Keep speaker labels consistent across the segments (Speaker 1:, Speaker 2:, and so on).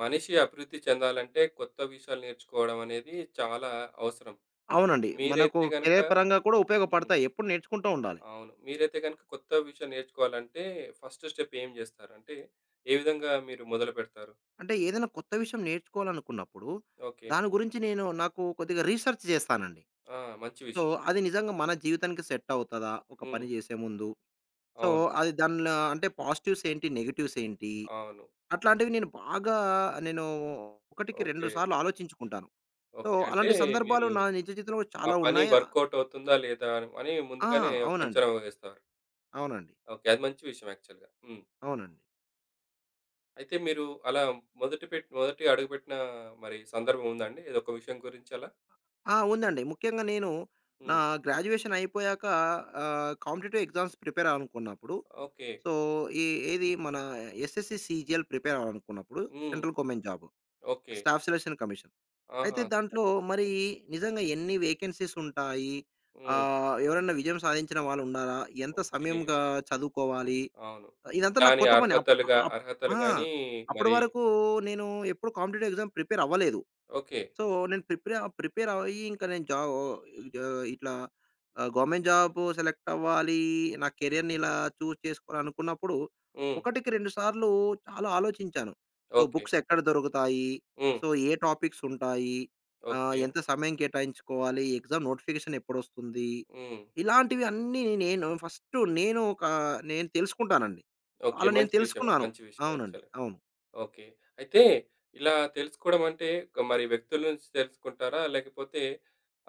Speaker 1: మనిషి అభివృద్ధి చెందాలంటే కొత్త విషయాలు నేర్చుకోవడం అనేది చాలా అవసరం.
Speaker 2: అవునండి. మనకు
Speaker 1: మీరైతే గనక
Speaker 2: కెరియర్ పరంగా కూడా
Speaker 1: హ్మ్.
Speaker 2: ఉపయోగపడతాయి. ఎప్పుడు నేర్చుకుంటూ ఉండాలి.
Speaker 1: అవును. మీరైతే గనక కొత్త విషయం నేర్చుకోవాలంటే ఫస్ట్ స్టెప్ ఏం జేస్తారు? అంటే ఏ విధంగా మీరు మొదలుపెడతారు?
Speaker 2: అంటే ఏదైనా కొత్త విషయం నేర్చుకోవాలనుకున్నప్పుడు,
Speaker 1: ఓకే.
Speaker 2: దాని గురించి నాకు కొద్దిగా రీసెర్చ్ చేస్తానండి.
Speaker 1: ఆ! మంచి
Speaker 2: సో,
Speaker 1: విషయం.
Speaker 2: అది నిజంగా మన జీవితానికి సెట్ అవుతదా? ఒక
Speaker 1: హ్మ్.
Speaker 2: పని చేసే ముందు. సో,
Speaker 1: అవును.
Speaker 2: అది దానిలో అంటే పాజిటివ్స్ ఏంటి? నెగెటివ్స్ ఏంటి?
Speaker 1: అవును.
Speaker 2: అట్లాంటివి నేను ఒకటికి 2
Speaker 1: ఓకే.
Speaker 2: సార్లు ఆలోచించుకుంటాను. So,
Speaker 1: okay. అంటే
Speaker 2: అలాంటి సందర్భాలు
Speaker 1: మీరు
Speaker 2: నా నిజ జీవితంలో
Speaker 1: ఆ
Speaker 2: చాలా
Speaker 1: పని
Speaker 2: ఉన్నాయి.
Speaker 1: వర్కౌట్ అవుతుందా? లేదా? అని
Speaker 2: ఆ!
Speaker 1: ముందుగానే ఒక
Speaker 2: అవునండి.
Speaker 1: అంచనా వేస్తారు.
Speaker 2: అవునండి.
Speaker 1: ఓకే. అది మంచి విషయం యాక్చువల్‌గా. హ్మ్.
Speaker 2: అవునండి.
Speaker 1: అయితే మీరు అలా మొదటి అడుగుపెట్టిన మరి సందర్భం ఉందా అండి? ఏదో ఒక విషయం గురించి అలా?
Speaker 2: ఆ! ఉందండి. ముఖ్యంగా నేను నా
Speaker 1: హ్మ్.
Speaker 2: గ్రాడ్యుయేషన్ అయిపోయాక కాంపిటీటివ్ ఎగ్జామ్స్ ప్రిపేర్ అవ్వాలనుకున్నప్పుడు,
Speaker 1: ఓకే.
Speaker 2: సో, ఏ ఏది మన ఎస్ఎస్‌సి, సీజీఎల్ ప్రిపేర్ అవ్వాలనుకున్నప్పుడు
Speaker 1: హ్మ్.
Speaker 2: Central government job.
Speaker 1: Okay.
Speaker 2: Staff selection commission. అయితే
Speaker 1: ఆహా!
Speaker 2: దాంట్లో
Speaker 1: స్టెప్స్.
Speaker 2: మరి నిజంగా ఎన్ని వేకెన్సీస్ ఉంటాయి?
Speaker 1: హ్మ్.
Speaker 2: ఎవరైనా విజయం సాధించిన వాళ్ళు ఉన్నారా? ఎంత
Speaker 1: ఓకే.
Speaker 2: సమయంగా చదువుకోవాలి?
Speaker 1: అవును.
Speaker 2: ఇదంతా నాకు
Speaker 1: దాని
Speaker 2: కొత్త పని. అప్
Speaker 1: అర్హతలుగా
Speaker 2: అప్
Speaker 1: అర్హతలు
Speaker 2: ఆ!
Speaker 1: గాని
Speaker 2: అప్పటి
Speaker 1: మరి
Speaker 2: వరకు నేను ఎప్పుడు కాంపిటీటివ్ ఎగ్జామ్ ప్రిపేర్ అవ్వలేదు.
Speaker 1: ఓకే.
Speaker 2: సో, ప్రిపేర్ అయ్యి ఇంకా నేను జా ఓహ్, ఆహ్, ఇట్లా ఆహ్, గవర్నమెంట్ జాబు సెలెక్ట్ అవ్వాలి. నా కెరియర్‌ని ఇలా చూజ్ చేసుకోవాలనుకున్నప్పుడు,
Speaker 1: హ్మ్.
Speaker 2: ఒకటికి 2 సార్లు చాలా ఆలోచించాను. So,
Speaker 1: okay.
Speaker 2: బుక్స్ ఎక్కడ దొరుకుతాయి?
Speaker 1: హ్మ్.
Speaker 2: సో, ఏ టాపిక్స్ ఉంటాయి?
Speaker 1: ఓకే.
Speaker 2: ఎంత సమయం కేటాయించుకోవాలి? Exam notification ఎప్పుడొస్తుంది?
Speaker 1: హ్మ్.
Speaker 2: ఇలాంటివి అన్నీ నేను తెలుసుకుంటానండి.
Speaker 1: ఓకే.
Speaker 2: అలా నేను
Speaker 1: మంచి విషయమే.
Speaker 2: తెలుసుకున్నాను.
Speaker 1: మంచి విషయం
Speaker 2: అవునండి.
Speaker 1: యాక్చువల్‌గా.
Speaker 2: అవును.
Speaker 1: ఓకే. అయితే ఇలా తెలుసుకోవడం అంటే మరి వ్యక్తుల నుంచి తెలుసుకుంటారా? లేకపోతే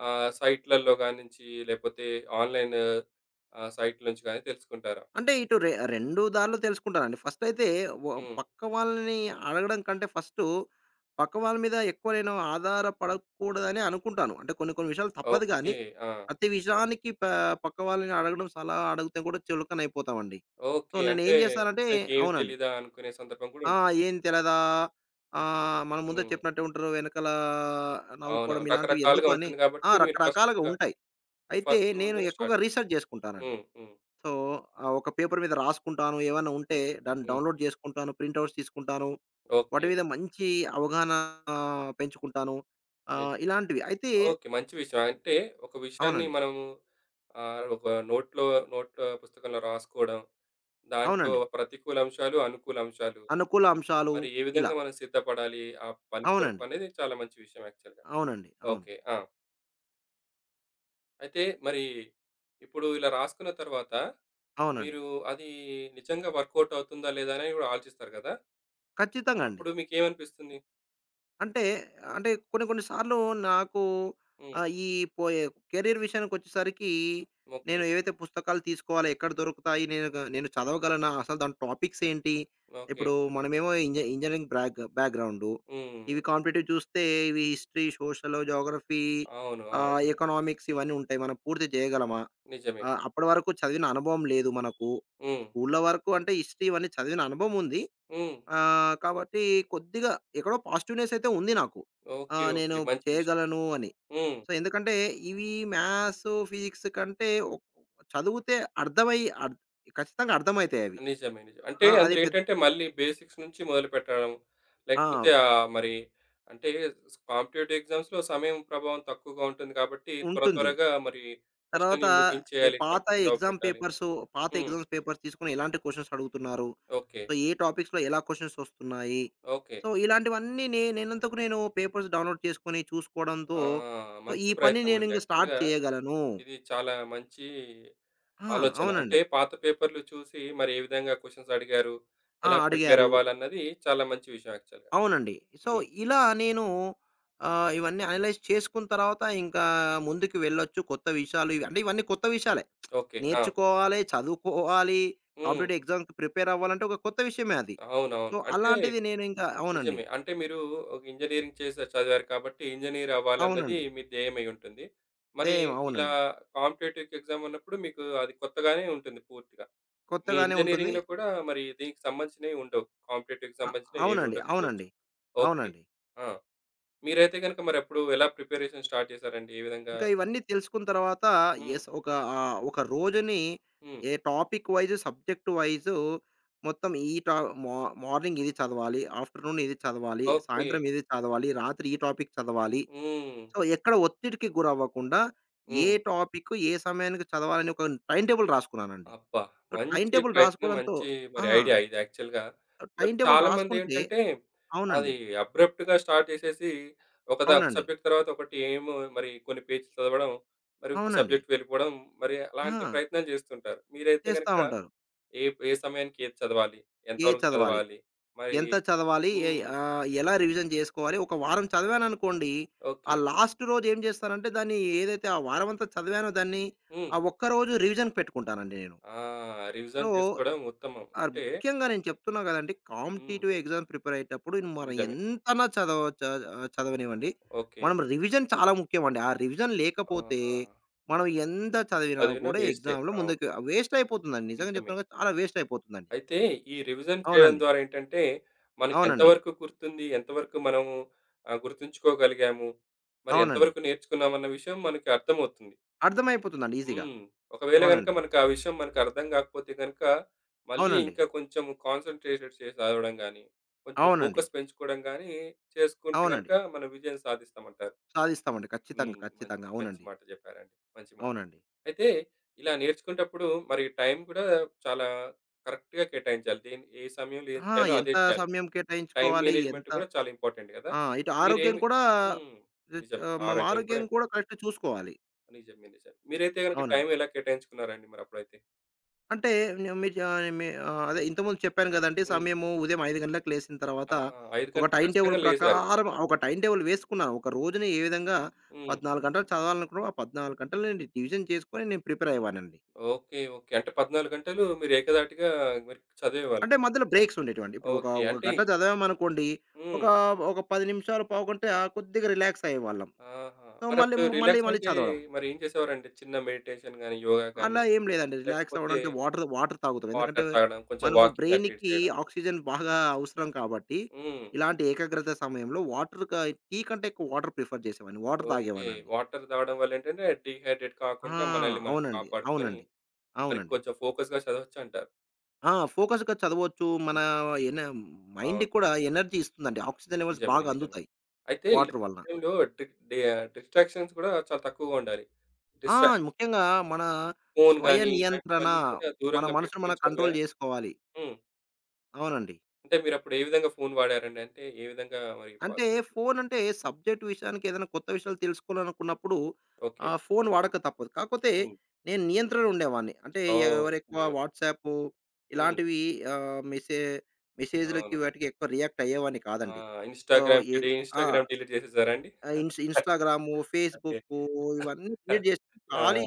Speaker 1: ఆహ్, సైట్‌లలో గానించి లేకపోతే ఆన్‌లైన్ ఆహ్, సైట్‌ల నుంచి గాని తెలుసుకుంటారా?
Speaker 2: అంటే ఇటు రె 2 దారులు తెలుసుకుంటానండి. ఫస్ట్ అయితే వ
Speaker 1: హ్మ్.
Speaker 2: పక్క వాళ్ళని అడగడం కంటే ఫస్టు పక్క వాళ్ళ మీద ఎక్కువ నేను ఆధారపడకూడదని అనుకుంటాను. అంటే కొన్ని కొన్ని విషయాలు తప్పదు గానీ,
Speaker 1: ఓకే. ఆ!
Speaker 2: ప్రతి విషయానికి పక్క వాళ్ళని అడగడం, సలహా అడిగితే కూడా చులకనైపోతామండి. So,
Speaker 1: okay. అంటే
Speaker 2: నేనేం చేస్తానంటే
Speaker 1: ఇతనికేమి
Speaker 2: అవునండి.
Speaker 1: తెలీదా అనుకునే సందర్భం గూడా
Speaker 2: ఆ!
Speaker 1: ఉంటుంది.
Speaker 2: "ఏం తెలదా? మన ముందే
Speaker 1: హ్మ్.
Speaker 2: చెప్పినట్టే ఉంటరు. వెనకాల నవ్వుకోవడం
Speaker 1: అవునవును.
Speaker 2: ఇలాంటివి ఎందుకు"
Speaker 1: రకరకాలుగా
Speaker 2: అని
Speaker 1: ఉంటుంది
Speaker 2: ఆ!
Speaker 1: కాబట్టి మీరు
Speaker 2: రకరకాలుగా
Speaker 1: ఫస్ట్‌గా
Speaker 2: ఉంటాయి. అయితే
Speaker 1: ఫస్ట్
Speaker 2: నేను
Speaker 1: ఓన్‌గానే
Speaker 2: ఎక్కువగా
Speaker 1: స్టార్ట్ చేస్తారు.
Speaker 2: రీసెర్చ్ జేసుకుంటానండి.
Speaker 1: హ్మ్. హ్మ్.
Speaker 2: సో, ఒక పేపర్ మీద రాసుకుంటాను. ఏవన్నా ఉంటే దాన్ని
Speaker 1: హ్మ్.
Speaker 2: డౌన్‌లోడ్ చేసుకుంటాను. ప్రింట్ ఔట్స్ తీసుకుంటాను. వాటి
Speaker 1: ఓకే.
Speaker 2: మీద మంచి అవగాహన ఆ, పెంచుకుంటాను.
Speaker 1: నిజం.
Speaker 2: ఇలాంటివి. అయితే
Speaker 1: ఓకే. మంచి విషయం. అంటే ఒక విషయాన్ని
Speaker 2: అవునండి.
Speaker 1: మనము ఆహ్, ఒక నోట్‌లో నోట్‌లో పుస్తకంలో రాసుకోవడం, దాంట్లో
Speaker 2: అవునండి.
Speaker 1: ప్రతికూల అంశాలు, అనుకూల అంశాలు
Speaker 2: అనుకూల అంశాలు
Speaker 1: మరి ఏ
Speaker 2: ఇలా.
Speaker 1: విధంగా మనం సిద్ధపడాలి ఆ పని కొరకు
Speaker 2: అవునండి.
Speaker 1: అనేది చాలా మంచి విషయం యాక్చువల్‌గా.
Speaker 2: అవునండి. అవును.
Speaker 1: ఓకే. ఆ! అయితే మరి ఇప్పుడు ఇలా రాసుకున్న తర్వాత
Speaker 2: అవునండి.
Speaker 1: మీరు అది నిజంగా వర్కౌట్ అవుతుందా లేదా అని కూడా ఆలోచిస్తారు కదా!
Speaker 2: ఖచ్చితంగా అండి.
Speaker 1: అప్పుడు మీకేమనిపిస్తుంది?
Speaker 2: అంటే, అంటే కొన్ని కొన్ని సార్లు నాకు
Speaker 1: హ్మ్.
Speaker 2: ఈ పోయే కెరీర్ విషయానికొచ్చేసరికి
Speaker 1: ఓకే.
Speaker 2: నేను ఏవైతే పుస్తకాలు తీసుకోవాలి, ఎక్కడ దొరుకుతాయి, నేను చదవగలనా, అసలు దాని టాపిక్స్ ఏంటి?
Speaker 1: ఓకే.
Speaker 2: ఇప్పుడు మనమేమో ఇంజనీరింగ్ బ్యాక్‌గ్రౌండు. ఇవి
Speaker 1: హ్మ్.
Speaker 2: కాంపిటీటివ్ చూస్తే ఇవి హిస్టరీ, సోషల్, జియోగ్రఫీ,
Speaker 1: అవును. అవును.
Speaker 2: ఎకనామిక్స్ ఇవన్నీ ఉంటాయి. మనం పూర్తి చేయగలమా?
Speaker 1: నిజమే.
Speaker 2: అప్పటి వరకు చదివిన అనుభవం లేదు మనకు.
Speaker 1: హ్మ్.
Speaker 2: స్కూల్లో వరకు అంటే హిస్టరీ ఇవన్నీ చదివిన అనుభవం ఉంది.
Speaker 1: హ్మ్.
Speaker 2: కాబట్టి కొద్దిగా ఎక్కడో పాజిటివ్‌నెస్ అయితే ఉంది నాకు.
Speaker 1: ఓకే.
Speaker 2: నేను
Speaker 1: ఓకే. మంచి విషయం.
Speaker 2: చేయగలను అని.
Speaker 1: హ్మ్.
Speaker 2: సో, ఎందుకంటే ఇవి మ్యాథ్స్, ఫిజిక్స్ కంటే చదివితే అర్థమై అర్ ఖచ్చితంగా అర్థమైతాయవి.
Speaker 1: నిజమే. నిజమే. అంటే
Speaker 2: ఆ! అది
Speaker 1: అందులో
Speaker 2: పెద్
Speaker 1: ఏంటంటే మళ్ళీ బేసిక్స్ నుంచి మొదలుపెట్టడం.
Speaker 2: ఆ!
Speaker 1: లేకపోతే ఆహ్, మరి అంటే కాంపిటేటివ్ ఎగ్జామ్స్‌లో సమయం ప్రభావం తక్కువగా ఉంటుంది కాబట్టి
Speaker 2: ఉంటుంది.
Speaker 1: త్వరగా మరి
Speaker 2: తర్వాత
Speaker 1: ప్రశ్నని
Speaker 2: ఏ
Speaker 1: ముగించేయాలి.
Speaker 2: పాత
Speaker 1: కరెక్ట్ జవాబు
Speaker 2: ఎగ్జామ్
Speaker 1: పెట్టాలి.
Speaker 2: పేపర్సు, పాత
Speaker 1: హ్మ్.
Speaker 2: ఎగ్జామ్స్ పేపర్స్ తీసుకొని ఎలాంటి క్వెషన్స్ అడుగుతున్నారు?
Speaker 1: ఓకే.
Speaker 2: సో, ఏ టాపిక్స్‌లో ఎలా క్వెషన్స్ వస్తున్నాయి?
Speaker 1: ఓకే.
Speaker 2: సో, ఇలాంటివన్నీ నే నేనంతకు నేను పేపర్స్ డౌన్‌లోడ్ చేసుకొని చూసుకోవడంతో,
Speaker 1: ఆ!
Speaker 2: సో, ఈ
Speaker 1: మంచి
Speaker 2: పని
Speaker 1: ప్రయత్నమండి.
Speaker 2: నేనింక స్టార్ట్
Speaker 1: యాక్చువల్‌గా
Speaker 2: చేయగలను.
Speaker 1: ఇది చాలా మంచి
Speaker 2: ఆ!
Speaker 1: ఆలోచన.
Speaker 2: అవునండి.
Speaker 1: అంటే పాత పేపర్‌లు చూసి మరి ఏ విధంగా క్వెషన్స్ అడిగారు,
Speaker 2: ఆ!
Speaker 1: ఎలా ప్రిపేర్
Speaker 2: అడిగారు.
Speaker 1: అవ్వాలన్నది చాలా మంచి విషయం యాక్చువల్‌గా.
Speaker 2: అవునండి. సో,
Speaker 1: హ్మ్.
Speaker 2: ఇలా నేను ఇవన్నీ అనలైజ్ చేసుకున్న తర్వాత ఇంకా ముందుకు వెళ్ళొచ్చు. కొత్త విషయాలు ఇవి అంటే ఇవన్నీ కొత్త విషయాలే.
Speaker 1: ఓకే. ఆ!
Speaker 2: నేర్చుకోవాలి, చదువుకోవాలి,
Speaker 1: హ్మ్.
Speaker 2: కాంపిటేటివ్ ఎగ్జామ్స్‌కి ప్రిపేర్ అవ్వాలంటే ఒక కొత్త విషయమే అది. సో,
Speaker 1: అవునవును. అంటే
Speaker 2: అలాంటిది నేను ఇంకా అవునండి.
Speaker 1: నిజమే. అంటే మీరు ఒక ఇంజినీరింగ్ చేసే చదివారు కాబట్టి ఇంజినీర్ అవ్వాలన్నది
Speaker 2: అవునండి.
Speaker 1: మీ ధ్యేయమై ఉంటుంది. మరి
Speaker 2: సేమ్
Speaker 1: ఇలా
Speaker 2: అవునండి.
Speaker 1: కాంపిటీటివ్ ఎగ్జామ్ ఉన్నప్పుడు మీకు అది కొత్తగానే ఉంటుంది పూర్తిగా. మీ
Speaker 2: కొత్తగానే ఉంటుంది.
Speaker 1: ఇంజినీరింగ్‌లో కూడా మరి దీనికి సంబంధించినవి ఉండవు. కాంపిటీటివ్‌కి
Speaker 2: అ
Speaker 1: సంబంధించినవి ఏవి
Speaker 2: అవునండి.
Speaker 1: ఉండకపోవచ్చు.
Speaker 2: అవునండి.
Speaker 1: ఓకే.
Speaker 2: అవునండి.
Speaker 1: ఆ! మీరైతే గనుక మరెప్పుడు ఎలా ప్రిపరేషన్ స్టార్ట్ చేశారండి? ఏ విధంగా?
Speaker 2: ఇంకా ఇవన్నీ తెలుసుకున్న తర్వాత
Speaker 1: హ్మ్.
Speaker 2: ఎస్ ఒక ఒక రోజుని
Speaker 1: హ్మ్.
Speaker 2: ఏ టాపిక్ వైస్, సబ్జెక్ట్ వైస్ మొత్తం ఈ టా మా మార్నింగ్ ఇది చదవాలి, ఆఫ్టర్‌నూన్ ఇది చదవాలి,
Speaker 1: ఓకే.
Speaker 2: సాయంత్రం ఇది చదవాలి, రాత్రి ఈ టాపిక్ చదవాలి.
Speaker 1: హ్మ్.
Speaker 2: సో, ఎక్కడ ఒత్తిడికి గురవ్వకుండా ఏ
Speaker 1: హ్మ్.
Speaker 2: టాపిక్ ఏ సమయానికి చదవాలని ఒక టైమ్ టేబుల్ రాసుకున్నానండి.
Speaker 1: అబ్బా!
Speaker 2: సో, టైమ్
Speaker 1: మంచి
Speaker 2: టేబుల్
Speaker 1: ప్రయత్నం.
Speaker 2: రాసుకోవడంతో
Speaker 1: మంచి
Speaker 2: ఆ!
Speaker 1: మరి ఐడియా ఇది యాక్చువల్‌గా. మరి
Speaker 2: టైమ్ టేబుల్ రాసుకుంటే
Speaker 1: చాలామందేంటంటే అది
Speaker 2: అవునండి.
Speaker 1: అబ్రప్ట్‌గా స్టార్ట్ చేసేసి ఒక
Speaker 2: అవునండి.
Speaker 1: సబ్జెక్ట్ తర్వాత ఒకటి ఏమో మరి కొన్ని పేజీలు చదవడం, మరి ఇంకో
Speaker 2: అవునండి.
Speaker 1: సబ్జెక్ట్‌కి వెళ్ళిపోవడం, మరి
Speaker 2: ఆ!
Speaker 1: అలాంటి ప్రయత్నాలు చేస్తుంటారు. మీరైతే
Speaker 2: చేస్తా
Speaker 1: గనుక
Speaker 2: ఉంటారు.
Speaker 1: ఏ ఏ సమయానికి ఏది చదవాలి?
Speaker 2: ఏది
Speaker 1: ఎంతవరకు
Speaker 2: చదవాలి?
Speaker 1: చదవాలి? మరి
Speaker 2: ఎంత చదవాలి? ఎ
Speaker 1: హ్మ్.
Speaker 2: ఎలా రివిజన్ జేసుకోవాలి? ఒక వారం చదివాననుకోండి, ఆ
Speaker 1: ఓకే.
Speaker 2: లాస్ట్ రోజు ఏం జేస్తానంటే, దాన్ని ఏదైతే ఆ వారమంతా చదివానో దాన్ని,
Speaker 1: హ్మ్.
Speaker 2: ఆ ఒక్కరోజు రివిజన్‌కి పెట్టుకుంటానండి నేను.
Speaker 1: ఆ!
Speaker 2: సో,
Speaker 1: రివిజన్ చేసుకోవడం ఉత్తమం. అంటే
Speaker 2: ముఖ్యంగా నేను చెప్తున్నా గదండీ,
Speaker 1: హ్మ్.
Speaker 2: కాంపిటీటివ్ ఎగ్జామ్ ప్రిపేర్ అయ్యేటప్పుడు మనం
Speaker 1: నిజమే.
Speaker 2: ఎంతనా చదవ చ చదవనివ్వండి,
Speaker 1: ఓకే.
Speaker 2: మనం రివిజన్ చాలా ముఖ్యమండి. ఆ రివిజన్ లేకపోతే,
Speaker 1: ఆహా!
Speaker 2: మనం ఎంత చదివినా
Speaker 1: చదివినా
Speaker 2: కూడా
Speaker 1: వేస్టే.
Speaker 2: ఎగ్జామ్‌లో
Speaker 1: అవును.
Speaker 2: ముందుకు వేస్ట్ అయిపోతుందండి. నిజంగా
Speaker 1: నిజమే.
Speaker 2: చెప్తున్నాగా చాలా వేస్ట్ అయిపోతుందండి.
Speaker 1: అయితే ఈ రివిజన్ చేయడం
Speaker 2: అవునండి.
Speaker 1: ద్వారా ఏంటంటే, మనకి
Speaker 2: అవునండి.
Speaker 1: ఎంతవరకు గుర్తుంది, ఎంతవరకు మనము ఆహ్, గుర్తుంచుకోగలిగాము, మరి
Speaker 2: అవునండి.
Speaker 1: ఎంతవరకు నేర్చుకున్నామన్న విషయం మనకి అర్థమవుతుంది.
Speaker 2: అర్థమైపోతుందండి ఈజీగా.
Speaker 1: హ్మ్. ఒకవేళ గనుక
Speaker 2: అవునండి.
Speaker 1: మనకు ఆ విషయం మనకు అర్థం కాకపోతే గనుక, మళ్ళీ
Speaker 2: అవునండి.
Speaker 1: ఇంకా కొంచెం కాన్సంట్రేటెడ్ చేసి చదవడం గాని, కొంచెం
Speaker 2: అవునండి.
Speaker 1: ఫోకస్ పెంచుకోవడం గాని చేసుకుంటే
Speaker 2: అవునండి.
Speaker 1: గనుక మనం విజయం సాధిస్తామంటారు.
Speaker 2: సాధిస్తామండి. ఖచ్చితంగా.
Speaker 1: హ్మ్. మంచి
Speaker 2: ఖచ్చితంగా.
Speaker 1: మంచి
Speaker 2: అవునండి.
Speaker 1: మాట జెప్పారండి. మంచి మాట.
Speaker 2: అవునండి.
Speaker 1: అయితే ఇలా నేర్చుకునేటప్పుడు మరి టైం గూడా చాలా కరెక్ట్‌గా కేటాయించాలి. దేని ఏ సమయంలో ఏది
Speaker 2: ఆ!
Speaker 1: చేయాలో అదే
Speaker 2: ఎంత
Speaker 1: చేయాలి.
Speaker 2: సమయం
Speaker 1: టైమ్
Speaker 2: కేటాయించుకోవాలి?
Speaker 1: మేనేజ్‌మెంట్
Speaker 2: ఎంత
Speaker 1: గూడా చాలా ఇంపార్టెంట్ గదా!
Speaker 2: ఆ! ఇటు ఆరోగ్యం
Speaker 1: మీరేమి
Speaker 2: కూడా
Speaker 1: హ్మ్. నిజమే.
Speaker 2: మనం
Speaker 1: ఆరోగ్యం కూడా
Speaker 2: ఆరోగ్యం కూడా
Speaker 1: ఇంపార్టెంట్.
Speaker 2: కరెక్ట్‌గా చూసుకోవాలి.
Speaker 1: నిజమే. నిజమే. మీరైతే గనుక టైం
Speaker 2: అవునండి.
Speaker 1: ఎలా కేటాయించుకున్నారండి మరప్పుడైతే?
Speaker 2: అంటే నే మీరు జా మీ ఆహ్, అదే ఇంతకుముందు చెప్పాను గదండీ!
Speaker 1: హ్మ్.
Speaker 2: సమయము ఉదయం 5 గంటలకు లేసిన తర్వాత
Speaker 1: ఆ! 5 గంటలకు ఖచ్చితంగా లేసారు.
Speaker 2: ఒక టైమ్ టేబుల్ వేసుకున్నాను. ఒక రోజుని ఏ విధంగా
Speaker 1: హ్మ్.
Speaker 2: 14 గంటలు చదవాలనుకున్నానో, ఆ 14 గంటలు నేను డివిజన్ చేసుకొని నేను ప్రిపేర్ అయ్యేవాడినండి.
Speaker 1: ఓకే. ఓకే. అంటే 14 గంటలు మీరు ఏకధాటిగా మీరు చదివేవాళ్ళు.
Speaker 2: అంటే మధ్యలో బ్రేక్స్ ఉండేటివండి. ఇప్పుడు ఒక
Speaker 1: ఓకే.
Speaker 2: ఒక
Speaker 1: అంటే
Speaker 2: గంట చదివామనుకోండి, ఒక
Speaker 1: హ్మ్.
Speaker 2: ఒక 10 నిమిషాలు, పావుగంట కొద్దిగా రిలాక్స్ అయ్యేవాళ్ళం.
Speaker 1: ఆహా!
Speaker 2: సో, మళ్ళీ
Speaker 1: మరప్పుడు
Speaker 2: మళ్ళీ
Speaker 1: రిలాక్స్
Speaker 2: మళ్ళీ
Speaker 1: అంటే
Speaker 2: చదవడం.
Speaker 1: మరేం చేసేవారండి? చిన్న మెడిటేషన్ గాని, యోగా
Speaker 2: అలా
Speaker 1: గాని,
Speaker 2: ఏం లేదండి. రిలాక్స్ అవ్వడం
Speaker 1: లేకపోతే
Speaker 2: అంటే వాటర్ వాటర్ తాగుతాం. ఎందుకంటే
Speaker 1: వాటర్ తాగడం, కొంచెం
Speaker 2: మనము
Speaker 1: వాకింగ్ అటు ఇటు
Speaker 2: బ్రెయిన్‌కి
Speaker 1: చేయడం.
Speaker 2: ఆక్సిజన్ బాగా అవసరం కాబట్టి,
Speaker 1: హ్మ్.
Speaker 2: ఇలాంటి ఏకాగ్రత సమయంలో వాటర్ క టీ కంటే ఎక్కువ వాటర్ ప్రిఫర్ చేసేవాడిని. Water
Speaker 1: okay.
Speaker 2: తాగేవాడినండి.
Speaker 1: వాటర్ తాగడం వల్లేంటంటే డీహైడ్రేట్
Speaker 2: ఆ!
Speaker 1: కాకుండా మనల్ని మనం
Speaker 2: అవునండి.
Speaker 1: కాపాడుకొని
Speaker 2: అవునండి.
Speaker 1: మరి
Speaker 2: అవునండి.
Speaker 1: కొంచెం ఫోకస్‌గా చదవొచ్చంటారు.
Speaker 2: ఆ! ఫోకస్‌గా చదవచ్చు. మన
Speaker 1: హ్మ్.
Speaker 2: ఎన మైండ్‌కి
Speaker 1: అవును.
Speaker 2: కూడా ఎనర్జీ ఇస్తుందండి. ఆక్సిజన్ లెవెల్స్
Speaker 1: నిజమే.
Speaker 2: బాగా
Speaker 1: నిజమే.
Speaker 2: అందుతాయి
Speaker 1: అయితే
Speaker 2: వాటర్
Speaker 1: ఇలాంటి
Speaker 2: వలన.
Speaker 1: టైంలో డి డి ఆహ్, డిస్ట్రాక్షన్స్ కూడా చాలా తక్కువగా ఉండాలి.
Speaker 2: ఆ!
Speaker 1: డిస్ట్రాక్షన్
Speaker 2: ముఖ్యంగా మన
Speaker 1: ఫోను
Speaker 2: స్వయ
Speaker 1: గాని
Speaker 2: నియంత్రణ,
Speaker 1: ఇలాంటివన్నీ కూడా
Speaker 2: మన
Speaker 1: దూరంగా
Speaker 2: మనసును
Speaker 1: పెట్టుకొని
Speaker 2: మనం కంట్రోల్
Speaker 1: చదివారా?
Speaker 2: జేసుకోవాలి.
Speaker 1: హ్మ్.
Speaker 2: అవునండి.
Speaker 1: అంటే మీరప్పుడు ఏ విధంగా ఫోను వాడారండి? అంటే ఏ విధంగా మరి
Speaker 2: అంటే ఫోనంటే సబ్జెక్ట్ విషయానికి ఏదైనా కొత్త విషయాలు తెలుసుకోవాలనుకున్నప్పుడు
Speaker 1: ఓకే.
Speaker 2: ఫోను వాడక తప్పదు. కాకపోతే
Speaker 1: హ్మ్.
Speaker 2: నేను నియంత్రణ ఉండేవాడిని. అంటే ఎవరెక్కువ
Speaker 1: ఓకే. ఓకే.
Speaker 2: వాట్సాపు
Speaker 1: హ్మ్.
Speaker 2: ఇలాంటివి ఆహ్, మెసే మెసేజ్‌లకి
Speaker 1: అవును.
Speaker 2: వాటికి ఎక్కువ రియాక్ట్ అయ్యేవాడిని
Speaker 1: ఆ!
Speaker 2: కాదండి. సో, ఏ ఆ!
Speaker 1: ఇన్‌స్టాగ్రామ్ డిలీట్ చేసేసారా అండి?
Speaker 2: Instagram,
Speaker 1: okay.
Speaker 2: ఫేస్‌బుక్కు ఇవన్నీ క్రియేట్ జేసి
Speaker 1: ఆ!
Speaker 2: ఖాళీ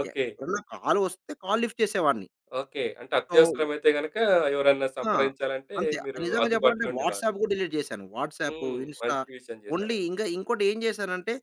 Speaker 1: ఓకే.
Speaker 2: ఎప్పుడన్నా కాల్ వస్తే కాల్ లిఫ్ట్ చేసేవాడిని.
Speaker 1: ఓకే. అంటే
Speaker 2: సో
Speaker 1: అత్యవసరమైతే గనక ఎవరన్నా
Speaker 2: ఆ!
Speaker 1: సంప్రదించాలంటే
Speaker 2: అంతే.
Speaker 1: మీరు
Speaker 2: నిజంగా చెప్పాలంటే
Speaker 1: అందుబాటులో ఉండేవారు.
Speaker 2: వాట్సాప్ కూడా డిలీట్ చేశాను. వాట్సాప్,
Speaker 1: హ్మ్.
Speaker 2: ఇన్‌స్టా
Speaker 1: మంచి విషయం
Speaker 2: ఓన్లీ
Speaker 1: చేశారండి.
Speaker 2: ఇంగా ఇంకోటి ఏం చేశానంటే,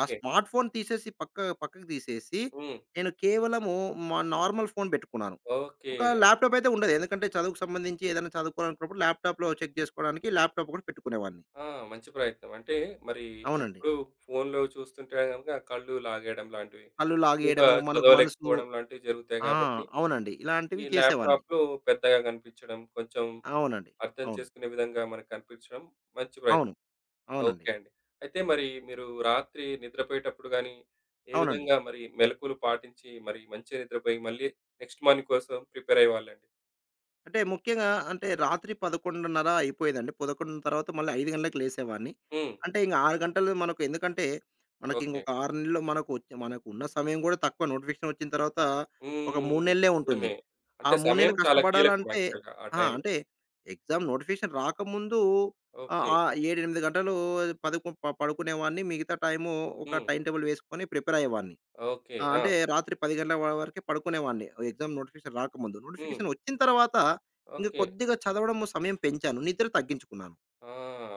Speaker 2: ఆ స్మార్ట్ ఫోన్ తీసేసి పక్కకు తీసేసి,
Speaker 1: హ్మ్.
Speaker 2: నేను కేవలము మా నార్మల్ ఫోన్ పెట్టుకున్నాను.
Speaker 1: ఓకే.
Speaker 2: ఒక ల్యాప్‌టాప్ అయితే ఉండేది. ఎందుకంటే చదువుకు సంబంధించి ఏదైనా చదువుకోవాలనుకున్నప్పుడు ల్యాప్‌టాప్‌లో చెక్ చేసుకోవడానికి ల్యాప్‌టాప్ కూడా పెట్టుకునేవాడిని.
Speaker 1: ఆ! మంచి ప్రయత్నం. అంటే మరి
Speaker 2: అవునండి.
Speaker 1: ఎప్పుడు ఫోన్‌లో చూస్తుంటే గనక కళ్ళు లాగేయడం లాంటివి,
Speaker 2: కళ్ళు
Speaker 1: ఎక్కువగా
Speaker 2: లాగేయడము, మనకు మనసు
Speaker 1: చదవలేకపోవడం లాంటివి జరుగుతాయి
Speaker 2: ఆ!
Speaker 1: కాబట్టి
Speaker 2: అవునండి. ఇలాంటివి
Speaker 1: ఈ
Speaker 2: చేసేవాడిని.
Speaker 1: ల్యాప్‌టాప్‌లు పెద్దగా కనిపించడం, కొంచెం
Speaker 2: అవునండి.
Speaker 1: అర్థం
Speaker 2: అవును.
Speaker 1: చేసుకునే విధంగా మనకు కనిపించడం మంచి
Speaker 2: అవును.
Speaker 1: ప్రయత్నం.
Speaker 2: అవునండి.
Speaker 1: ఓకే అండి. అయితే మరి మీరు రాత్రి నిద్రపోయేటప్పుడు గాని, ఏ
Speaker 2: అవునండి.
Speaker 1: విధంగా మరి మెలకువలు పాటించి మరి మంచిగా నిద్రపోయి మళ్ళీ నెక్స్ట్ మార్నింగ్ కోసం ప్రిపేర్ అయ్యేవాళ్ళండి?
Speaker 2: అంటే ముఖ్యంగా అంటే రాత్రి 11:30 అయిపోయేదండి. 11 తర్వాత మళ్ళీ 5 గంటలకు లేసేవాడిని.
Speaker 1: హ్మ్.
Speaker 2: అంటే ఇంక 6 గంటలు మనకు ఎందుకంటే, మనకి
Speaker 1: ఓకే.
Speaker 2: ఇంకొక 6 నెలలు మనకు వచ్చే మనకున్న సమయం కూడా తక్కువ. నోటిఫికేషన్ వచ్చిన తర్వాత ఒక 3
Speaker 1: హ్మ్.
Speaker 2: నెలలే ఉంటుంది.
Speaker 1: నిజమే.
Speaker 2: ఆ
Speaker 1: అంటే
Speaker 2: 3 నెలలు
Speaker 1: సమయం చాలా కీలకం
Speaker 2: కష్టపడాలంటే
Speaker 1: యాక్చువల్‌గా ఆ
Speaker 2: ఆ!
Speaker 1: టైంలో.
Speaker 2: అంటే ఎగ్జామ్ నోటిఫికేషన్ రాకముందు ఆహ్,
Speaker 1: ఓకే.
Speaker 2: ఆహ్, 7, 8 గంటలు పదుకు ప పడుకునేవాడిని. మిగతా టైము ఒక
Speaker 1: హ్మ్.
Speaker 2: టైమ్ టేబుల్ వేసుకొని ప్రిపేర్ అయ్యేవాడిని.
Speaker 1: ఓకే.
Speaker 2: ఆ!
Speaker 1: ఆ!
Speaker 2: అంటే రాత్రి 10 గంటల వరకే పడుకునేవాడిని. ఎగ్జామ్ నోటిఫికేషన్ రాకముందు.
Speaker 1: హ్మ్.
Speaker 2: నోటిఫికేషన్ వచ్చిన తర్వాత ఇంక
Speaker 1: ఓకే.
Speaker 2: కొద్దిగా చదవడం సమయం పెంచాను. నిద్ర తగ్గించుకున్నాను.
Speaker 1: ఆ!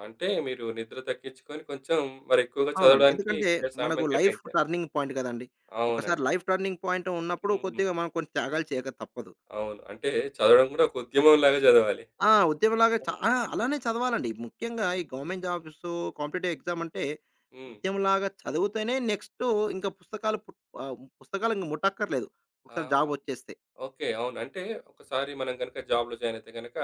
Speaker 1: అంటే మీరు నిద్ర తగ్గించుకొని కొంచెం మరి ఎక్కువగా
Speaker 2: అవునండి.
Speaker 1: చదవడానికి
Speaker 2: ఎందుకంటే మనకు
Speaker 1: సమయం
Speaker 2: లైఫ్
Speaker 1: కేటాయించారు.
Speaker 2: టర్నింగ్ పాయింట్ కదండీ. ఒకసారి
Speaker 1: అవునండి.
Speaker 2: లైఫ్ టర్నింగ్ పాయింట్ ఉన్నప్పుడు
Speaker 1: హ్మ్.
Speaker 2: కొద్దిగా మనం కొన్ని త్యాగాలు చేయక తప్పదు.
Speaker 1: అవును. అంటే చదవడం గూడా ఒక ఉద్యమంలాగా చదవాలి.
Speaker 2: ఆ! ఉద్యమంలాగా చ ఆ! అలానే చదవాలండి. ముఖ్యంగా ఈ గవర్నమెంట్ జాబ్స్, కాంపిటేటివ్ ఎగ్జామ్ అంటే
Speaker 1: హ్మ్.
Speaker 2: ఉద్యమంలాగా చదివితేనే నెక్స్ట్ ఇంకా పుస్తకాలు పుట్ ఆహ్, పుస్తకాలు ఇంక ముట్టక్కర్లేదు. ఒకసారి జాబ్
Speaker 1: ఆ!
Speaker 2: వచ్చేస్తే.
Speaker 1: ఓకే. అవును. అంటే ఒకసారి మనం గనుక జాబ్‌లో జాయిన్ అయితే గనక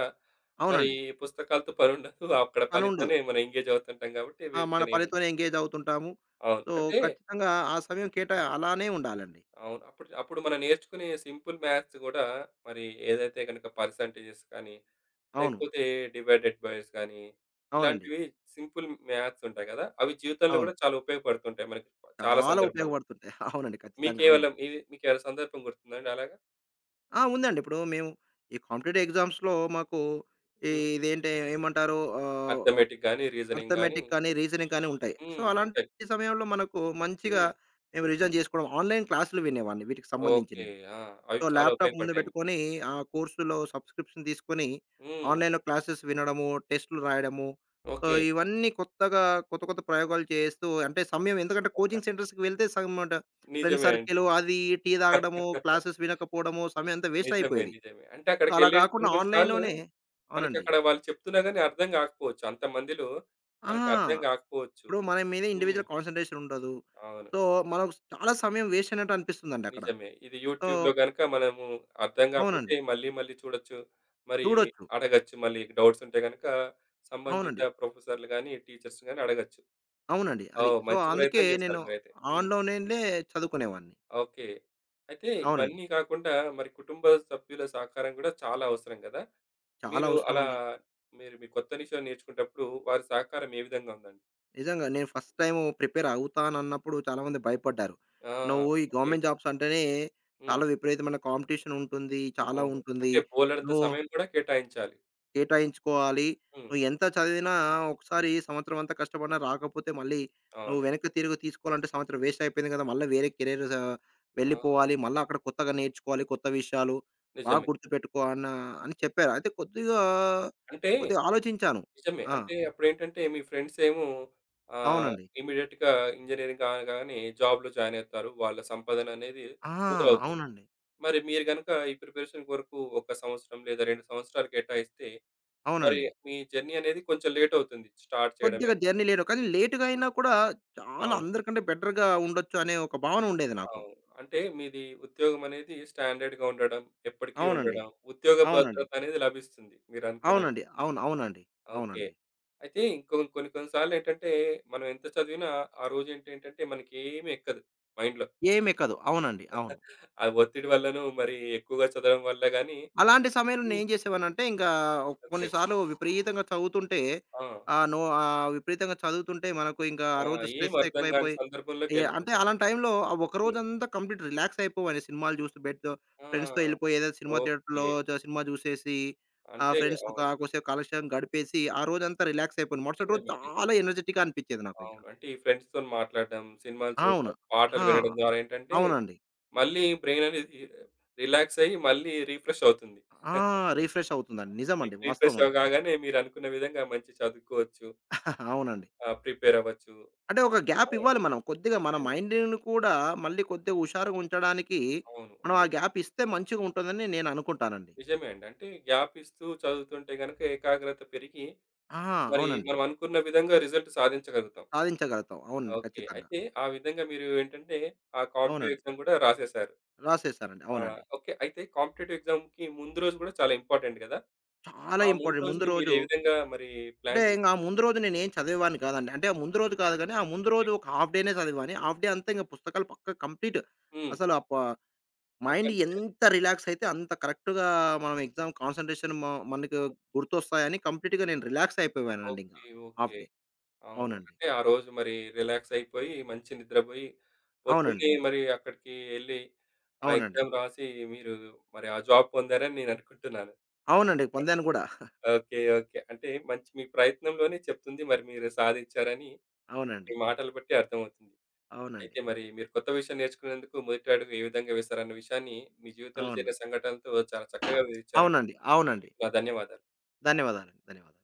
Speaker 1: మరి
Speaker 2: అవునండి.
Speaker 1: పుస్తకాలతో పనుండదు. అక్కడ
Speaker 2: పనుండదు.
Speaker 1: పనితోనే మనం ఎంగేజ్ అవుతుంటాం కాబట్టి
Speaker 2: ఆ! మన
Speaker 1: వీటితోనే ఏముండదు.
Speaker 2: పనితోనే ఎంగేజ్ అవుతుంటాము.
Speaker 1: అవును.
Speaker 2: సో,
Speaker 1: అంటే
Speaker 2: ఖచ్చితంగా ఆ సమయం కేటా అలానే ఉండాలండి.
Speaker 1: అవును. అప్పుడు అప్పుడు మనం నేర్చుకునే సింపుల్ మ్యాథ్స్ గూడా మరి ఏదైతే గనక పర్సెంటేజెస్ కానీ,
Speaker 2: అవును.
Speaker 1: లేకపోతే డివైడెడ్ బైస్ గానీ,
Speaker 2: అవునండి.
Speaker 1: ఇలాంటివి సింపుల్ మ్యాథ్స్ ఉంటాయి గదా! అవి జీవితంలో
Speaker 2: అవును.
Speaker 1: గూడా చాలా ఉపయోగపడుతుంటాయి మనకి చాలా
Speaker 2: చాలా
Speaker 1: సందర్భాల్లో.
Speaker 2: ఉపయోగపడుతుంటాయి. అవునండి. ఖచ్చితంగా. అవును.
Speaker 1: మీకేవలం ఇది మీకేమైనా సందర్భం గుర్తుందాండి అలాగా?
Speaker 2: ఆ! ఉందండి. ఇప్పుడు మేము ఈ కాంపిటేటివ్ ఎగ్జామ్స్‌లో మాకు ఈ
Speaker 1: హ్మ్.
Speaker 2: ఇదేంటి ఏమంటారు ఆహ్, ఆహ్,
Speaker 1: అర్థమేటిక్ గాని, రీజనింగ్ గాని
Speaker 2: అర్థమెటిక్ కానీ, రీజనింగ్ కానీ ఉంటాయి. సో,
Speaker 1: హ్మ్. ఉంటాయి.
Speaker 2: అలాంటి సమయంలో మనకు మంచిగా
Speaker 1: హ్మ్.
Speaker 2: మేము రివిజన్ చేసుకోవడం ఆన్‌లైన్ క్లాసులు వినేవాడిని వీటికి సంబంధించి
Speaker 1: ఓకే.
Speaker 2: నేను.
Speaker 1: ఆ! అవి
Speaker 2: సో,
Speaker 1: చాలా
Speaker 2: ల్యాప్‌టాప్ ముందు
Speaker 1: ఉపయోగపడ్డాయి మీకు.
Speaker 2: పెట్టుకొని, ఆ కోర్సులో సబ్‌స్క్రిప్షన్ తీసుకొని,
Speaker 1: హ్మ్.
Speaker 2: ఆన్‌లైన్‌లో క్లాసెస్ వినడము, టెస్ట్‌లు రాయడము. So,
Speaker 1: okay.
Speaker 2: ఇవన్నీ కొత్తగా కొత్త కొత్త ప్రయోగాలు చేస్తూ అంటే సమయం ఎందుకంటే కోచింగ్ సెంటర్స్‌కి వెళ్తే సగం ట ఫ్రెండ్
Speaker 1: నిజమే అండి.
Speaker 2: సర్కిల్ అది టీ తాగడము, క్లాసెస్ వినకపోవడము, సమయం అంతా వేస్ట్
Speaker 1: నిజమే.
Speaker 2: అయిపోయేది.
Speaker 1: నిజమే. అంటే
Speaker 2: సో, అలా
Speaker 1: అక్కడికెళ్ళి కొన్ని
Speaker 2: కాకుండా
Speaker 1: కొన్ని సార్లు
Speaker 2: ఆన్‌లైన్‌లోనే అవునండి.
Speaker 1: మనకక్కడ వాళ్ళు చెప్తున్నా గాని అర్థం కాకపోవచ్చు. అంతమందిలో
Speaker 2: ఆ!
Speaker 1: మనకర్థం కాకపోవచ్చు.
Speaker 2: ఇప్పుడు మన మీద
Speaker 1: హ్మ్.
Speaker 2: ఇండివిడ్యువల్ కాన్సంట్రేషన్ ఉండదు.
Speaker 1: అవును.
Speaker 2: సో, మనకు చాలా సమయం వేస్ట్ అయినట్టు అనిపిస్తుందండి అక్కడ.
Speaker 1: నిజమే. ఇది
Speaker 2: సో
Speaker 1: యూట్యూబ్‌లో గనుక మనము అర్థం కాకపోతే
Speaker 2: అవునండి.
Speaker 1: మళ్ళీ మళ్ళీ చూడొచ్చు. మరి
Speaker 2: చూడొచ్చు.
Speaker 1: అడగొచ్చు మళ్ళీ డౌట్స్ ఉంటే గనుక సంబంధిత
Speaker 2: అవునండి.
Speaker 1: ప్రొఫెసర్‌లు గాని, టీచర్స్ గాని అడగొచ్చు.
Speaker 2: అవునండి. అది.
Speaker 1: ఓహ్!
Speaker 2: సో,
Speaker 1: మంచి
Speaker 2: అందుకే
Speaker 1: ప్రయత్నం చేశారు
Speaker 2: నేను
Speaker 1: మీరైతే. హ్మ్.
Speaker 2: ఆన్‌లైన్‌లోనే చదువుకునేవాడిని.
Speaker 1: ఓకే. అయితే
Speaker 2: అవునండి.
Speaker 1: ఇవన్నీ కాకుండా మరి కుటుంబ సభ్యుల సహకారం కూడా చాలా అవసరం కదా!
Speaker 2: చాలా
Speaker 1: మీరు అలా
Speaker 2: అవసరమండి.
Speaker 1: మీరు మీ కొత్త విషయం నేర్చుకునేటప్పుడు వారి సహకారం ఏ విధంగా ఉందండి?
Speaker 2: నిజంగా నేను ఫస్ట్ టైము ప్రిపేర్ అవుతానన్నప్పుడు చాలామంది భయపడ్డారు.
Speaker 1: ఆ!
Speaker 2: "నువ్వు ఈ
Speaker 1: ఓకే.
Speaker 2: గవర్నమెంట్ జాబ్స్ అంటేనే
Speaker 1: హ్మ్.
Speaker 2: చాలా విపరీతమైన కాంపిటీషన్ ఉంటుంది. చాలా
Speaker 1: అవును.
Speaker 2: ఉంటుంది.
Speaker 1: అంటే బోలెడంత
Speaker 2: నువ్వు"
Speaker 1: సమయం కూడా కేటాయించాలి.
Speaker 2: కేటాయించుకోవాలి.
Speaker 1: హ్మ్.
Speaker 2: నువ్వు ఎంత చదివినా ఒకసారి సంవత్సరం అంతా కష్టపడినా రాకపోతే మళ్ళీ నువ్వు
Speaker 1: అవును.
Speaker 2: వెనక్కి తిరిగి తీసుకోవాలంటే సంవత్సరం వేస్ట్ అయిపోయింది కదా! మళ్ళా వేరే కెరీర్ స
Speaker 1: ఆ!
Speaker 2: వెళ్ళిపోవాలి. మళ్ళా అక్కడ కొత్తగా నేర్చుకోవాలి. కొత్త విషయాలు బాగా
Speaker 1: నిజమే.
Speaker 2: గుర్తుపెట్టుకో అని చెప్పారు. అయితే కొద్దిగా,
Speaker 1: అంటే
Speaker 2: కొద్దిగా ఆలోచించాను.
Speaker 1: నిజమే.
Speaker 2: ఆ!
Speaker 1: అంటే అప్పుడేంటంటే మీ ఫ్రెండ్సేమో ఆహ్,
Speaker 2: అవునండి.
Speaker 1: ఇమ్మీడియేట్‌గా ఇంజినీరింగ్ కాగానే జాబ్‌లో జాయిన్ అవుతారు. వాళ్ళ సంపాదననేది
Speaker 2: ఆ!
Speaker 1: మొదలవుతుంది.
Speaker 2: అవునండి.
Speaker 1: మరి మీరు గనుక ఈ ప్రిపరేషన్ కొరకు 1 సంవత్సరం లేదా 2 సంవత్సరాలు కేటాయిస్తే, మరి
Speaker 2: అవునండి.
Speaker 1: మీ జర్నీ అనేది కొంచెం లేట్ అవుతుంది స్టార్ట్ చేయడమే.
Speaker 2: కొద్దిగా జర్నీ లేట్ కానీ లేట్‌గా అయినా కూడా చాలా
Speaker 1: అవును.
Speaker 2: అందరికంటే బెటర్‌గా ఉండొచ్చు అనే ఒక భావన ఉండేది నాకు.
Speaker 1: అవును. అంటే మీది ఉద్యోగం అనేది స్టాండర్డ్‌గా ఉండడం, ఎప్పటికీ
Speaker 2: అవునండి.
Speaker 1: ఉండడం, ఉద్యోగ
Speaker 2: అవునండి.
Speaker 1: భద్రత అనేది లభిస్తుంది మీరనుకున్న
Speaker 2: అవునండి.
Speaker 1: విధంగా.
Speaker 2: అవును. అవునండి.
Speaker 1: ఓకే.
Speaker 2: అవునండి.
Speaker 1: అయితే ఇంకొ కొన్ని కొన్ని సార్లేంటంటే, మనం ఎంత చదివినా ఆ రోజేంటేంటంటే మనకేమి ఎక్కదు మైండ్‌లో.
Speaker 2: ఏమెక్కదు. అవునండి. అవును.
Speaker 1: ఆ ఒత్తిడి వల్లనో, మరి ఎక్కువగా చదవడం వల్ల గాని
Speaker 2: అలాంటి సమయంలో
Speaker 1: హ్మ్.
Speaker 2: నేనేం చేసేవాడినంటే, ఇంకా
Speaker 1: ఓకే.
Speaker 2: కొన్నిసార్లు విపరీతంగా చదువుతుంటే
Speaker 1: ఆ!
Speaker 2: విపరీతంగా చదువుతుంటే మనకు ఇంకా ఆ
Speaker 1: ఆ!
Speaker 2: రోజు
Speaker 1: ఏం
Speaker 2: స్ట్రెస్
Speaker 1: అర్థం కాని
Speaker 2: ఎక్కువైపోయి అంటే
Speaker 1: సందర్భంలోకెళ్ళిపోతాం.
Speaker 2: అలాంటి టైంలో
Speaker 1: హ్మ్.
Speaker 2: ఒకరోజంతా కంప్లీట్ రిలాక్స్ అయిపోవాలి సినిమాలు చూస్తూ బెడ్‌తో
Speaker 1: ఆ!
Speaker 2: ఫ్రెండ్స్‌తో ఎళ్ళిపోయి ఏదో సినిమా
Speaker 1: ఓకే.
Speaker 2: థియేటర్‌లో చ సినిమా చూసేసి
Speaker 1: అంటే
Speaker 2: ఫ్రెండ్స్‌తో
Speaker 1: అవును.
Speaker 2: కొద్దిసేపు కాలక్షేపం గడిపేసి ఆ రోజంతా రిలాక్స్ అయిపోయాను. మరుసటి రోజు
Speaker 1: నిజమే. నిజమే.
Speaker 2: చాలా ఎనర్జిటిక్‌గా అనిపిచ్చేది నాకు ఇంకా.
Speaker 1: అవును. అంటే ఈ ఫ్రెండ్స్‌తోని మాట్లాడడం, సినిమాలు
Speaker 2: అవును.
Speaker 1: చూడడం, పాటలు
Speaker 2: ఆ!
Speaker 1: వినడం ద్వారా ఏంటంటే,
Speaker 2: అవునండి.
Speaker 1: మళ్ళీ బ్రెయిన్ అనేది రిలాక్స్ అయ్యి, మళ్ళీ రిఫ్రెష్ అవుతుంది.
Speaker 2: ఆ! రిఫ్రెష్ అవుతుందండి. నిజమండి.
Speaker 1: మీకు రీఫ్రెష్
Speaker 2: వాస్తవం అండి.
Speaker 1: అవ్ కాగానే మీరనుకున్న విధంగా మంచిగా చదువుకోవచ్చు.
Speaker 2: అవునండి.
Speaker 1: ఆహ్, ప్రిపేర్ అవ్వచ్చు.
Speaker 2: అంటే ఒక
Speaker 1: ఆ!
Speaker 2: గ్యాప్ ఇవ్వాలి మనం. కొద్దిగా మన
Speaker 1: నిజమే.
Speaker 2: మైండ్‌ని కూడా మళ్ళీ కొద్దిగా హుషారుగా ఉంచడానికి
Speaker 1: అవును.
Speaker 2: మనం ఆ
Speaker 1: అవును.
Speaker 2: గ్యాప్ ఇస్తే మంచిగా ఉంటుందని నేను అనుకుంటానండి.
Speaker 1: నిజమే అండి. అంటే గ్యాప్ ఇస్తూ చదువుతుంటే గనుక ఏకాగ్రత పెరిగి
Speaker 2: ఆ!
Speaker 1: మరి
Speaker 2: అవునండి.
Speaker 1: మనం అనుకున్న విధంగా రిజల్ట్ సాధించగలుగుతాం.
Speaker 2: సాధించగలుగుతాం. అవునండి.
Speaker 1: ఓకే.
Speaker 2: ఖచ్చితంగా.
Speaker 1: అయితే ఆ విధంగా మీరు ఏంటంటే ఆ కాంపిటీటివ్
Speaker 2: అవునండి.
Speaker 1: ఎగ్జామ్ గూడా రాసేసారు.
Speaker 2: రాసేసానండి.
Speaker 1: ఆ!
Speaker 2: అవునండి.
Speaker 1: ఓకే. అయితే కాంపిటీటివ్ ఎగ్జామ్‌కి ముందు రోజు గూడా చాలా ఇంపార్టెంట్ గదా!
Speaker 2: చాలా
Speaker 1: ఆ ముందు
Speaker 2: ఇంపార్టెంట్. ముందు
Speaker 1: రోజుని మీరు
Speaker 2: రోజు
Speaker 1: ఏ విధంగా మరి
Speaker 2: అంటే
Speaker 1: ప్లాన్
Speaker 2: ఇంక
Speaker 1: జేసుకుంటే
Speaker 2: ఆ ముందు రోజు నేనేం చదివేవాడిని కాదండి. అంటే ఆ ముందు రోజు కాదు గానీ, ఆ ముందు రోజు ఒక హాఫ్ డేనే చదివాని. హాఫ్ డే అంతా ఇంక పుస్తకాలు పక్క కంప్లీట్
Speaker 1: హ్మ్.
Speaker 2: అసలు అప మైండ్
Speaker 1: పక్కన పెట్టేసి
Speaker 2: ఎంత రిలాక్స్ అయితే అంత కరెక్ట్‌గా మనం ఎగ్జామ్ కాన్సంట్రేషన్ మ మనకు
Speaker 1: హ్మ్.
Speaker 2: గుర్తొస్తాయని కంప్లీట్‌గా నేను రిలాక్స్ అయిపోయానండి ఇంక.
Speaker 1: ఓకే.
Speaker 2: Half
Speaker 1: okay.
Speaker 2: డే.
Speaker 1: అవును.
Speaker 2: అవునండి.
Speaker 1: అంటే ఆ రోజు మరి రిలాక్స్ అయిపోయి, మంచి నిద్రబోయి,
Speaker 2: అవునండి.
Speaker 1: పొద్దున్నే మరి అక్కడికి ఎళ్లి, ఆ
Speaker 2: అవునండి.
Speaker 1: ఎగ్జామ్ రాసి మీరు మరి ఆ జాబ్ పొందారని నేననుకుంటున్నాను.
Speaker 2: అవునండి. పొందాను గూడా.
Speaker 1: ఓకే. ఓకే. అంటే మంచి మీ ప్రయత్నంలోనే చెప్తుంది మరి మీరు సాధించారని
Speaker 2: అవునండి.
Speaker 1: మీ మాటలు బట్టి అర్థమవుతుంది.
Speaker 2: అవునండి.
Speaker 1: అయితే మరి మీరు కొత్త విషయం నేర్చుకునేందుకు మొదటి అడుగు ఏ విధంగా వేశారన్న విషయాన్ని మీ జీవితంలో
Speaker 2: అవును.
Speaker 1: జరిగిన సంఘటనలతో చాలా చక్కగా వివరిచ్చారండి.
Speaker 2: అవునండి. అవునండి.
Speaker 1: మీకు నా ధన్యవాదాలు.
Speaker 2: ధన్యవాదాలండి. ధన్యవాదాలు.